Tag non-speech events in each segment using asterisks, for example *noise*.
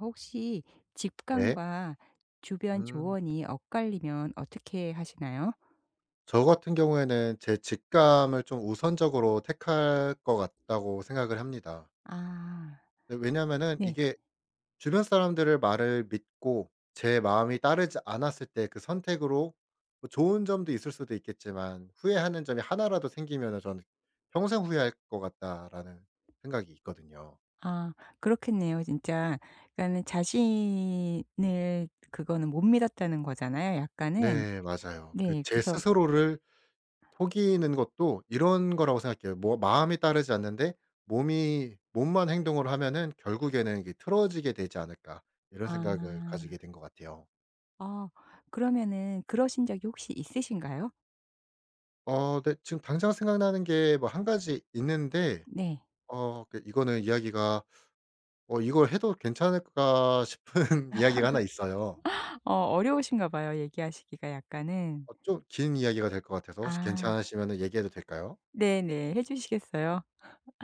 혹시 네. 직감과 주변 음. 조언이 엇갈리면 어떻게 하시나요? 저 같은 경우에는 제 직감을 좀 우선적으로 택할 것 같다고 생각을 합니다. 아 네, 왜냐하면은 네. 이게 주변 사람들의 말을 믿고 제 마음이 따르지 않았을 때 그 선택으로 뭐 좋은 점도 있을 수도 있겠지만 후회하는 점이 하나라도 생기면은 저는 '평생 후회할 것 같다.'라는 생각이 있거든요. 아 그렇겠네요 진짜. 그러니까는 자신을 그거는 못 믿었다는 거잖아요 약간은. 네, 맞아요. 그 네 제 그래서 스스로를 속이는 것도 이런 거라고 생각해요. 뭐 마음이 따르지 않는데 몸이 몸만 행동을 하면은 '결국에는 이게 틀어지게 되지 않을까.' 이런 생각을 아. 가지게 된 것 같아요. 아 그러면은 그러신 적이 혹시 있으신가요? 네, 지금 당장 생각나는 게 뭐 한 가지 있는데 네. 그 이거는 이야기가 '어 이걸 해도 괜찮을까?' 싶은 *laughs* 이야기가 하나 있어요. 어 어려우신가 봐요 얘기하시기가 약간은. 좀 긴 이야기가 될 것 같아서 혹시 아 괜찮으시면은 얘기해도 될까요? 네네. 해 주시겠어요?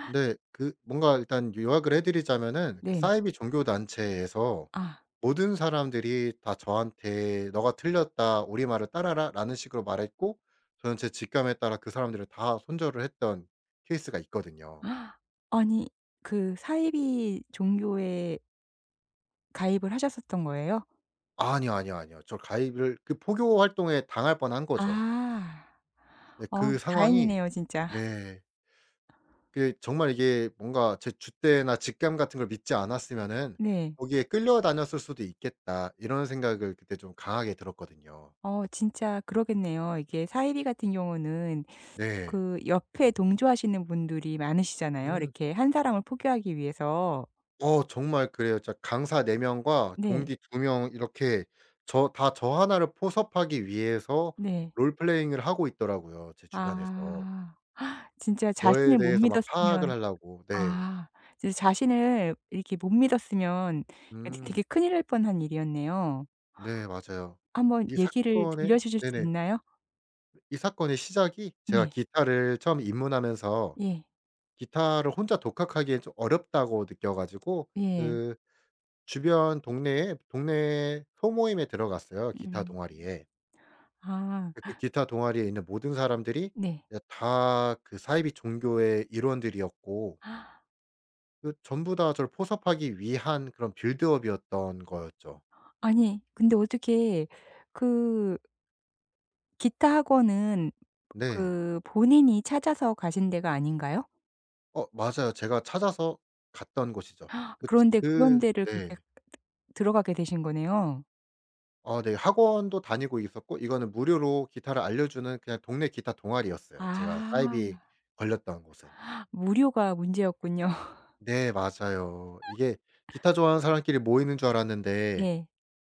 근데 그 뭔가 일단 요약을 해 드리자면은 그 네. 사이비 종교 단체에서 아. 모든 사람들이 다 저한테 "너가 틀렸다. 우리 말을 따라라."라는 식으로 말했고 저는 제 직감에 따라 그 사람들을 다 손절을 했던 케이스가 있거든요. 아니 그 사이비 종교에 가입을 하셨었던 거예요? 아니요, 아니요, 아니요. 저 가입을 그 포교 활동에 당할 뻔한 거죠. 아. 네, 어 그 상황이 다행이네요 진짜. 네, 그 정말 이게 뭔가 제 줏대나 직감 같은 걸 믿지 않았으면은 네. '거기에 끌려다녔을 수도 있겠다.' 이런 생각을 그때 좀 강하게 들었거든요. 어 진짜 그러겠네요. 이게 사이비 같은 경우는 네. 그 옆에 동조하시는 분들이 많으시잖아요. 음. 이렇게 한 사람을 포교하기 위해서. 정말 그래요. 진짜 강사 4 명과 네. 동기 2명 이렇게 저 다 저 하나를 포섭하기 위해서 네. 롤플레잉을 하고 있더라고요, 제 주변에서. 아. 진짜 저에 자신을 못 대해서 막 파악을 믿었으면 하려고. 네. 아 진짜 자신을 이렇게 못 믿었으면 되게 음. 큰일 날 뻔한 일이었네요. 네, 맞아요. 한번 이 얘기를 사건의 들려주실 수 네네. 있나요? 이 사건의 시작이 제가 네. 기타를 처음 입문하면서 예. 기타를 혼자 독학하기엔 좀 어렵다고 느껴 가지고 예. 그 주변 동네에 동네 소모임에 들어갔어요, 기타 음. 동아리에. 그 아 기타 동아리에 있는 모든 사람들이 네. 다 그 사이비 종교의 일원들이었고 그 전부 다 저를 포섭하기 위한 그런 빌드업이었던 거였죠. 아니 근데 어떻게 그 기타 학원은 네. 그 본인이 찾아서 가신 데가 아닌가요? 맞아요. 제가 찾아서 갔던 곳이죠. 그 츠 그런데 그런 그 데를 그렇게 네. 들어가게 되신 거네요. 아 네. 학원도 다니고 있었고 이거는 무료로 기타를 알려주는 그냥 동네 기타 동아리였어요. 제가 아 사이비 걸렸던 곳은. 무료가 문제였군요. *laughs* 네, 맞아요. 이게 기타 좋아하는 사람끼리 모이는 줄 알았는데 네.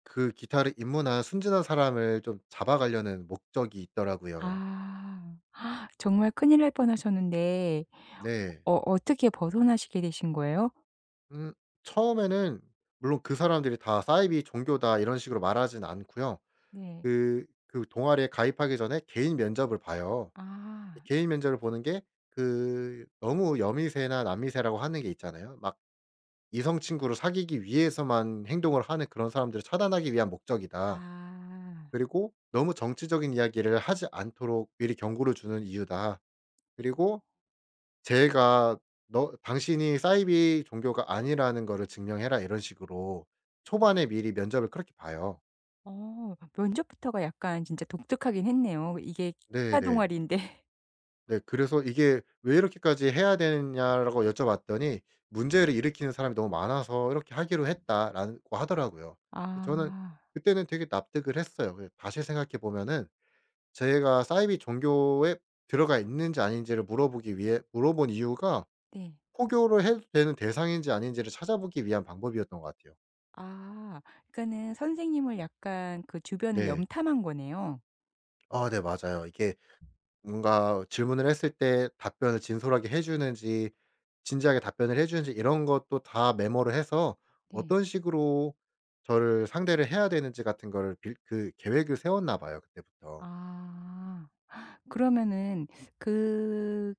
그 기타를 입문한 순진한 사람을 좀 잡아가려는 목적이 있더라고요. 아 정말 큰일 날 뻔하셨는데 네. 어 어떻게 벗어나시게 되신 거예요? 음 처음에는 물론 그 사람들이 다 "사이비 종교다." 이런 식으로 말하진 않고요. 네. 그 동아리에 가입하기 전에 개인 면접을 봐요. 아. 개인 면접을 보는 게 그 너무 여미새나 남미새라고 하는 게 있잖아요. 막 이성 친구를 사귀기 위해서만 행동을 하는 그런 사람들을 차단하기 위한 목적이다. 아. 그리고 "너무 정치적인 이야기를 하지 않도록 미리 경고를 주는 이유다." 그리고 제가 "너 당신이 사이비 종교가 아니라는 거를 증명해라." 이런 식으로 초반에 미리 면접을 그렇게 봐요. 어 면접부터가 약간 진짜 독특하긴 했네요. 이게 기타 네네. 동아리인데. *laughs* 네, 그래서 "이게 왜 이렇게까지 해야 되느냐."라고 여쭤봤더니 "문제를 일으키는 사람이 너무 많아서 이렇게 하기로 했다."라고 하더라고요. 저는 아 그때는 되게 납득을 했어요. 그 다시 생각해 보면은 제가 사이비 종교에 들어가 있는지 아닌지를 물어보기 위해 물어본 이유가 네. 포교를 해도 되는 대상인지 아닌지를 찾아보기 위한 방법이었던 것 같아요. 아 그러니까는 선생님을 약간 그 주변을 네. 염탐한 거네요. 아 네, 맞아요. 이게 뭔가 질문을 했을 때 답변을 진솔하게 해 주는지 진지하게 답변을 해 주는지 이런 것도 다 메모를 해서 네. 어떤 식으로 저를 상대를 해야 되는지 같은 거를 빌 그 계획을 세웠나 봐요 그때부터. 아 그러면은 그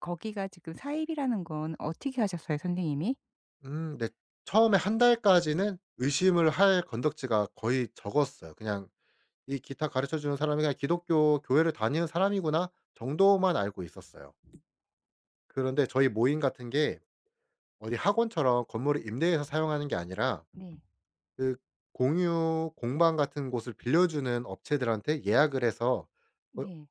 거기가 지금 사입이라는 건 어떻게 하셨어요 선생님이? 네. 처음에 한 달까지는 의심을 할 건덕지가 거의 적었어요. 그냥 이 기타 가르쳐 주는 사람이 그냥 기독교 교회를 다니는 사람이구나 정도만 알고 있었어요. 그런데 저희 모임 같은 게 어디 학원처럼 건물을 임대해서 사용하는 게 아니라 네. 그 공유 공방 같은 곳을 빌려주는 업체들한테 예약을 해서 어 네.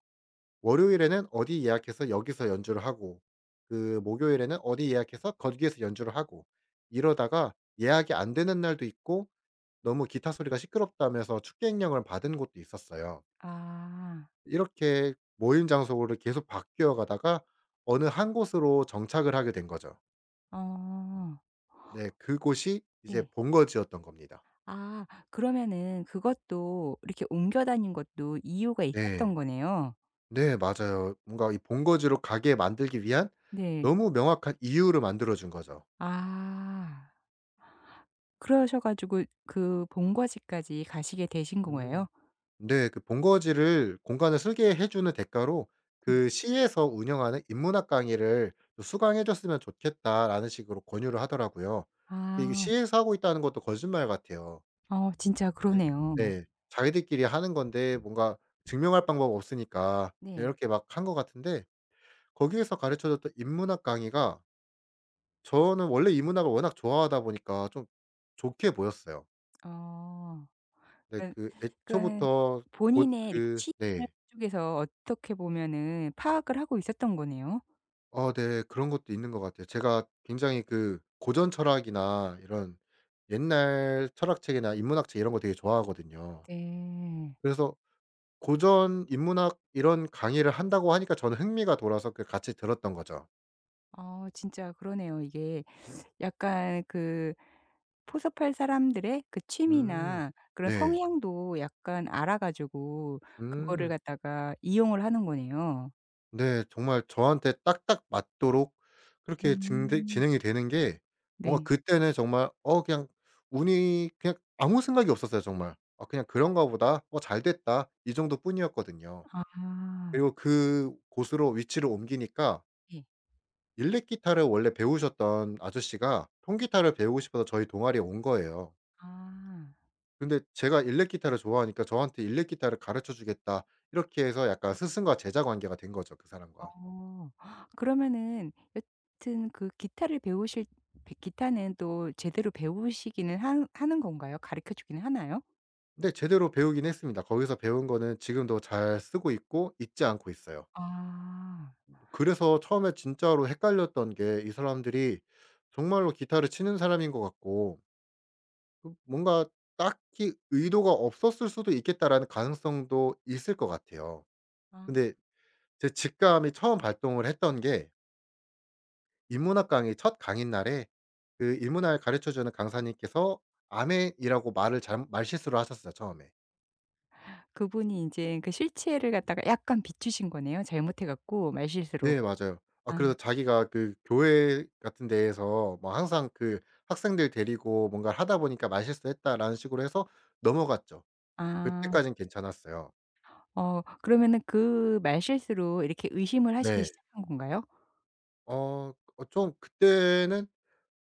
월요일에는 어디 예약해서 여기서 연주를 하고 그 목요일에는 어디 예약해서 거기에서 연주를 하고 이러다가 예약이 안 되는 날도 있고 너무 기타 소리가 시끄럽다면서 축객 행령을 받은 곳도 있었어요. 아. 이렇게 모임 장소를 계속 바뀌어 가다가 어느 한 곳으로 정착을 하게 된 거죠. 어 네, 그곳이 이제 네. 본거지였던 겁니다. 아 그러면은 그것도 이렇게 옮겨 다닌 것도 이유가 있었던 네. 거네요. 네, 맞아요. 뭔가 이 본거지로 가게 만들기 위한 네. 너무 명확한 이유를 만들어 준 거죠. 아. 그러셔 가지고 그 본거지까지 가시게 되신 거예요? 음. 네. 그 본거지를 공간을 쓰게 해 주는 대가로 네. 그 시에서 운영하는 인문학 강의를 좀 수강해 줬으면 좋겠다라는 식으로 권유를 하더라고요. 이게 아. 시에서 하고 있다는 것도 거짓말 같아요. 어 진짜 네. 그러네요. 네. 자기들끼리 하는 건데 뭔가 증명할 방법 없으니까 네. 이렇게 막 한 것 같은데 거기에서 가르쳐 줬던 인문학 강의가 저는 원래 이 문학을 워낙 좋아하다 보니까 좀 좋게 보였어요. 어. 근데 그러니깐 그 그러니깐 애초부터 곧 본인의 이렇게 그 취향을 네. 그쪽에서 어떻게 보면은 파악을 하고 있었던 거네요. 네. 그런 것도 있는 것 같아요. 제가 굉장히 그 고전 철학이나 이런 옛날 철학책이나 인문학책 이런 거 되게 좋아하거든요. 네. 그래서 고전 인문학 이런 강의를 한다고 하니까 저는 흥미가 돌아서 그 같이 들었던 거죠. 어 진짜 그러네요. 이게 약간 그 포섭할 사람들의 그 음. 취미나 그런 네. 성향도 약간 알아 가지고 그거를 음. 갖다가 이용을 하는 거네요. 네. 정말 저한테 딱딱 맞도록 그렇게 진대 음. 진행이 되는 게 뭔가 네. 그때는 정말 그냥 운이 그냥 아무 생각이 없었어요 정말. '아 그냥 그런가 보다. 어 잘 됐다.' 이 정도뿐이었거든요. 아. 그리고 그 곳으로 위치를 옮기니까 예. 일렉 기타를 원래 배우셨던 아저씨가 통기타를 배우고 싶어서 저희 동아리에 온 거예요. 아. 근데 제가 일렉 기타를 좋아하니까 저한테 "일렉 기타를 가르쳐 주겠다." 이렇게 해서 약간 스승과 제자 관계가 된 거죠, 그 사람과. 어. 그러면은 여튼 그 기타를 배우실 배 기타는 또 제대로 배우시기는 하 하는 건가요? 가르쳐 주기는 하나요? 근데 제대로 배우긴 했습니다. 거기서 배운 거는 지금도 잘 쓰고 있고 잊지 않고 있어요. 아. 그래서 처음에 진짜로 헷갈렸던 게 이 사람들이 정말로 기타를 치는 사람인 것 같고 그 뭔가 딱히 의도가 없었을 수도 있겠다라는 가능성도 있을 것 같아요. 아. 근데 제 직감이 처음 발동을 했던 게 인문학 강의 첫 강의 날에 그 인문학을 가르쳐 주는 강사님께서 아멘이라고 말실수를 하셨어요, 처음에. 그분이 인제 그 실체를 갖다가 약간 비추신 거네요, 잘못해 갖고 말실수로. 네, 맞아요. 아 아. 그래서 자기가 그 교회 같은 데에서 뭐 항상 그 학생들 데리고 뭔가를 하다 보니까 "말실수했다."라는 식으로 해서 넘어갔죠. 아. 그때까진 괜찮았어요. 어 그러면은 그 말실수로 이렇게 의심을 하시기 네. 시작한 건가요? 어 좀 그때는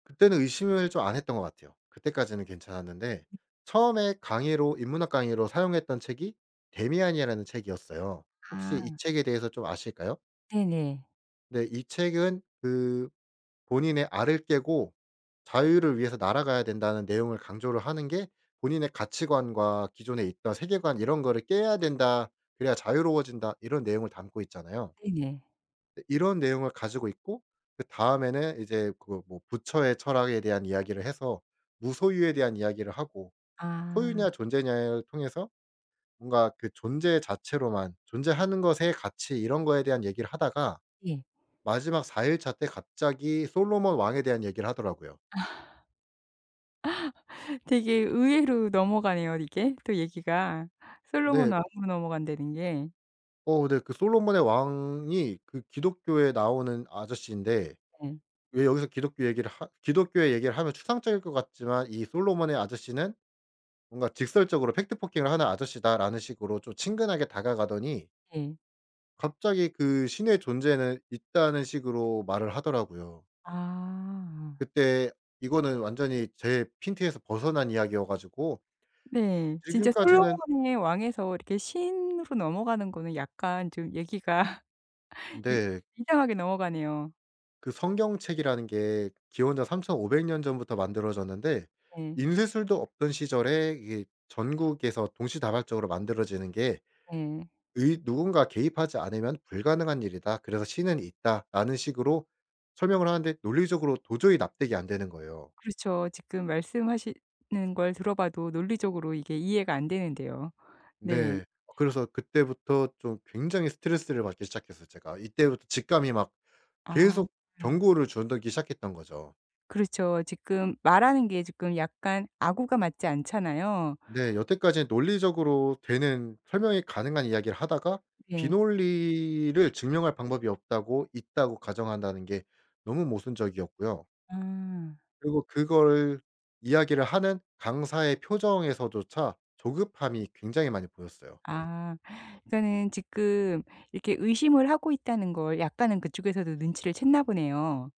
그때는 의심을 좀 안 했던 것 같아요. 그때까지는 괜찮았는데 처음에 강의로 인문학 강의로 사용했던 책이 데미안이라는 책이었어요. 혹시 이 아. 책에 대해서 좀 아실까요? 네네. 네. 이 책은 그 본인의 알을 깨고 자유를 위해서 날아가야 된다는 내용을 강조를 하는 게 본인의 가치관과 기존에 있던 세계관 이런 거를 깨야 된다. 그래야 자유로워진다. 이런 내용을 담고 있잖아요. 네네. 근데 이런 내용을 가지고 있고 그다음에는 이제 그 뭐 부처의 철학에 대한 이야기를 해서 무소유에 대한 이야기를 하고 아. 소유냐 존재냐를 통해서 뭔가 그 존재 자체로만 존재하는 것의 가치 이런 거에 대한 얘기를 하다가 예. 마지막 4 일차 때 갑자기 솔로몬 왕에 대한 얘기를 하더라고요. 되게 의외로 넘어가네요 이게 또 얘기가. 솔로몬 근데 왕으로 넘어간다는 게. 네, 그 솔로몬의 왕이 그 기독교에 나오는 아저씨인데 네. 왜 여기서 기독교의 얘기를 하면 추상적일 것 같지만 이 솔로몬의 아저씨는 뭔가 직설적으로 팩트 포킹을 하는 아저씨다라는 식으로 좀 친근하게 다가가더니 예. 갑자기 그 신의 존재는 있다는 식으로 말을 하더라고요. 아. 그때 이거는 완전히 제 핀트에서 벗어난 이야기여 가지고 네. 진짜 지금까지는 솔로몬의 왕에서 이렇게 신으로 넘어가는 거는 약간 좀 얘기가 *laughs* 이 네. 이상하게 넘어가네요. 그 성경책이라는 게 기원전 3,500년 전부터 만들어졌는데 예. 인쇄술도 없던 시절에 이게 전국에서 동시다발적으로 만들어지는 게 예. 의 누군가 개입하지 않으면 불가능한 일이다. 그래서 신은 있다.'라는 식으로 설명을 하는데 논리적으로 도저히 납득이 안 되는 거예요. 그렇죠. 지금 말씀하시는 걸 들어봐도 논리적으로 이게 이해가 안 되는데요. 네. 네. 그래서 그때부터 좀 굉장히 스트레스를 받기 시작했어요 제가. 이때부터 직감이 막 아. 계속 경고를 주기 시작했던 거죠. 그렇죠. 지금 말하는 게 지금 약간 아구가 맞지 않잖아요. 네. 여태까지는 논리적으로 되는 설명이 가능한 이야기를 하다가 네. 비논리를 증명할 방법이 없다고 있다고 가정한다는 게 너무 모순적이었고요. 아. 그리고 그걸 이야기를 하는 강사의 표정에서조차 조급함이 굉장히 많이 보였어요. 아. 그러니까는 지금 이렇게 의심을 하고 있다는 걸 약간은 그쪽에서도 눈치를 챘나 보네요.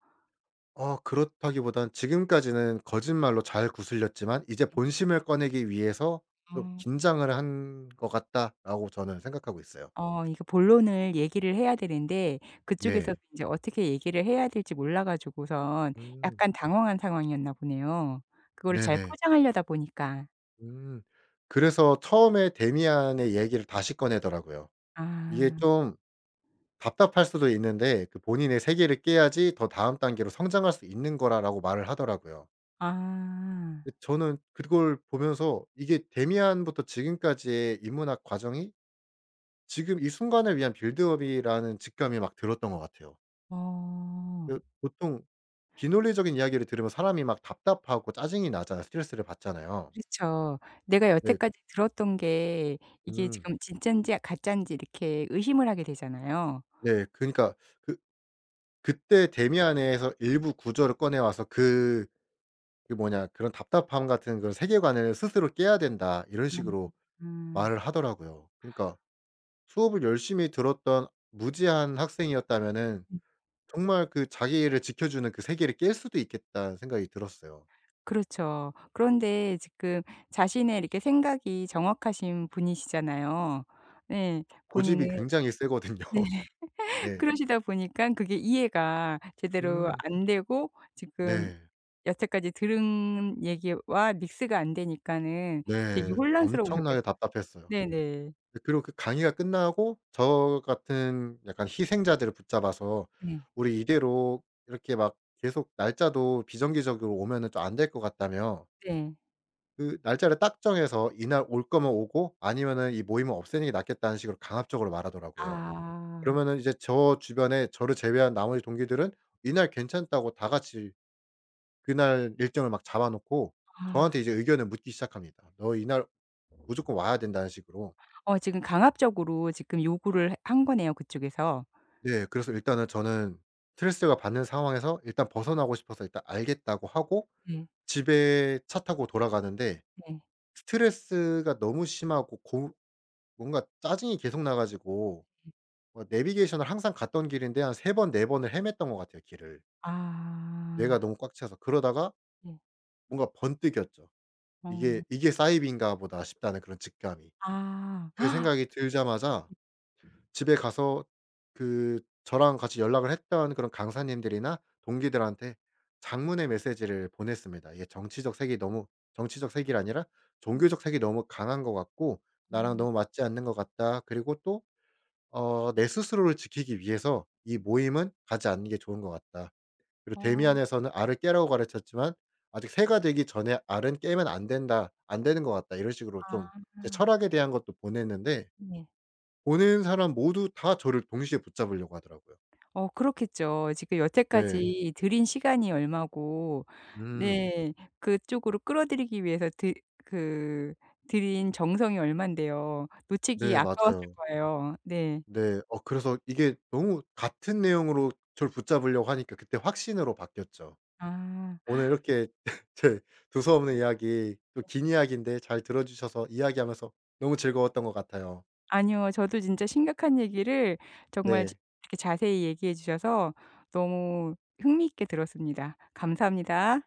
그렇다기보단 지금까지는 거짓말로 잘 구슬렸지만 이제 본심을 꺼내기 위해서 좀 음. 긴장을 한 것 같다.'라고 저는 생각하고 있어요. 어 이거 본론을 얘기를 해야 되는데 그쪽에서도 네. 인제 어떻게 얘기를 해야 될지 몰라 가지고선 음. 약간 당황한 상황이었나 보네요. 그거를 잘 네네. 포장하려다 보니까. 음. 그래서 처음에 데미안의 얘기를 다시 꺼내더라고요. 이게 아. 좀 답답할 수도 있는데 그 본인의 세계를 깨야지 더 다음 단계로 성장할 수 있는 거라라고 말을 하더라고요. 아. 근데 저는 그걸 보면서 이게 데미안부터 지금까지의 인문학 과정이 지금 이 순간을 위한 빌드업이라는 직감이 막 들었던 것 같아요. 어. 그 보통 비논리적인 이야기를 들으면 사람이 막 답답하고 짜증이 나잖아요. 스트레스를 받잖아요. 그렇죠. 내가 네. 여태까지 들었던 게 이게 음. 지금 진짠지 가짠지 이렇게 의심을 하게 되잖아요. 네. 그니까 그 그때 데미안에서 일부 구조를 꺼내 와서 그 그 뭐냐 그런 답답함 같은 그런 세계관을 스스로 깨야 된다 이런 아. 식으로 아. 말을 하더라고요. 그러니까 수업을 열심히 들었던 무지한 학생이었다면은 정말 그 자기를 지켜주는 그 세계를 깰 수도 있겠다는 생각이 들었어요. 그렇죠. 그런데 지금 자신의 이렇게 생각이 정확하신 분이시잖아요. 네. 고집이 본인은 굉장히 세거든요. 네. *laughs* *laughs* 네. 그러시다 보니까 그게 이해가 제대로 음. 안 되고 지금 네. 여태까지 들은 얘기와 믹스가 안 되니까는 되게 네. 엄청나게 혼란스러우셨겠어요. 답답했어요. 네네. 네, 그리고 그 강의가 끝나고 저 같은 약간 희생자들을 붙잡아서 네. "우리 이대로 이렇게 막 계속 날짜도 비정기적으로 오면은 좀 안 될 것 같다며 네. 그 날짜를 딱 정해서 이날 올 거면 오고 아니면은 이 모임을 없애는 게 낫겠다."는 식으로 강압적으로 말하더라고요. 아. 그러면은 이제 저 주변에 저를 제외한 나머지 동기들은 이날 괜찮다고 다 같이 그날 일정을 막 잡아 놓고 아. 저한테 이제 의견을 묻기 시작합니다. "너 이날 무조건 와야 된다."는 식으로. 어 지금 강압적으로 지금 요구를 한 거네요, 그쪽에서. 네. 그래서 일단은 저는 스트레스가 받는 상황에서 일단 벗어나고 싶어서 일단 알겠다고 하고 네. 집에 차 타고 돌아가는데 네. 스트레스가 너무 심하고 고 뭔가 짜증이 계속 나 가지고 뭐 내비게이션을 항상 갔던 길인데 한 3번 4 번을 헤맸던 것 같아요 길을. 뇌가 아. 너무 꽉 차서. 그러다가 네. 뭔가 번뜩였죠. '이게 어. 이게 사이비인가 보다.' 싶다는 그런 직감이. 그 아. 생각이 들자마자 집에 가서 그 저랑 같이 연락을 했던 그런 강사님들이나 동기들한테 장문의 메시지를 보냈습니다. 이게 정치적 색이 아니라 네. 종교적 색이 너무 강한 것 같고 나랑 어. 너무 맞지 않는 것 같다. 그리고 또 내 스스로를 지키기 위해서 이 모임은 가지 않는 게 좋은 것 같다. 그리고 어. 데미안에서는 알을 깨라고 가르쳤지만 아직 새가 되기 전에 알은 깨면 안 된다. 안 되는 것 같다. 이런 식으로 좀 제 아. 철학에 대한 것도 보냈는데 네. 보는 사람 모두 다 저를 동시에 붙잡으려고 하더라고요. 어 그렇겠죠. 지금 네. 여태까지 들인 시간이 얼마고 음. 네. 그쪽으로 끌어들이기 위해서 드 그 들인 정성이 얼만데요. 놓치기 네, 아까웠을 맞아요. 거예요. 네. 네. 그래서 이게 너무 같은 내용으로 저를 붙잡으려고 하니까 그때 확신으로 바뀌었죠. 아. 오늘 이렇게 *laughs* 제 두서없는 이야기 또 긴 이야기인데 잘 들어 주셔서 이야기하면서 너무 즐거웠던 것 같아요. 아니요. 저도 진짜 심각한 얘기를 정말 지 네. 이렇게 자세히 얘기해 주셔서 너무 흥미있게 들었습니다. 감사합니다.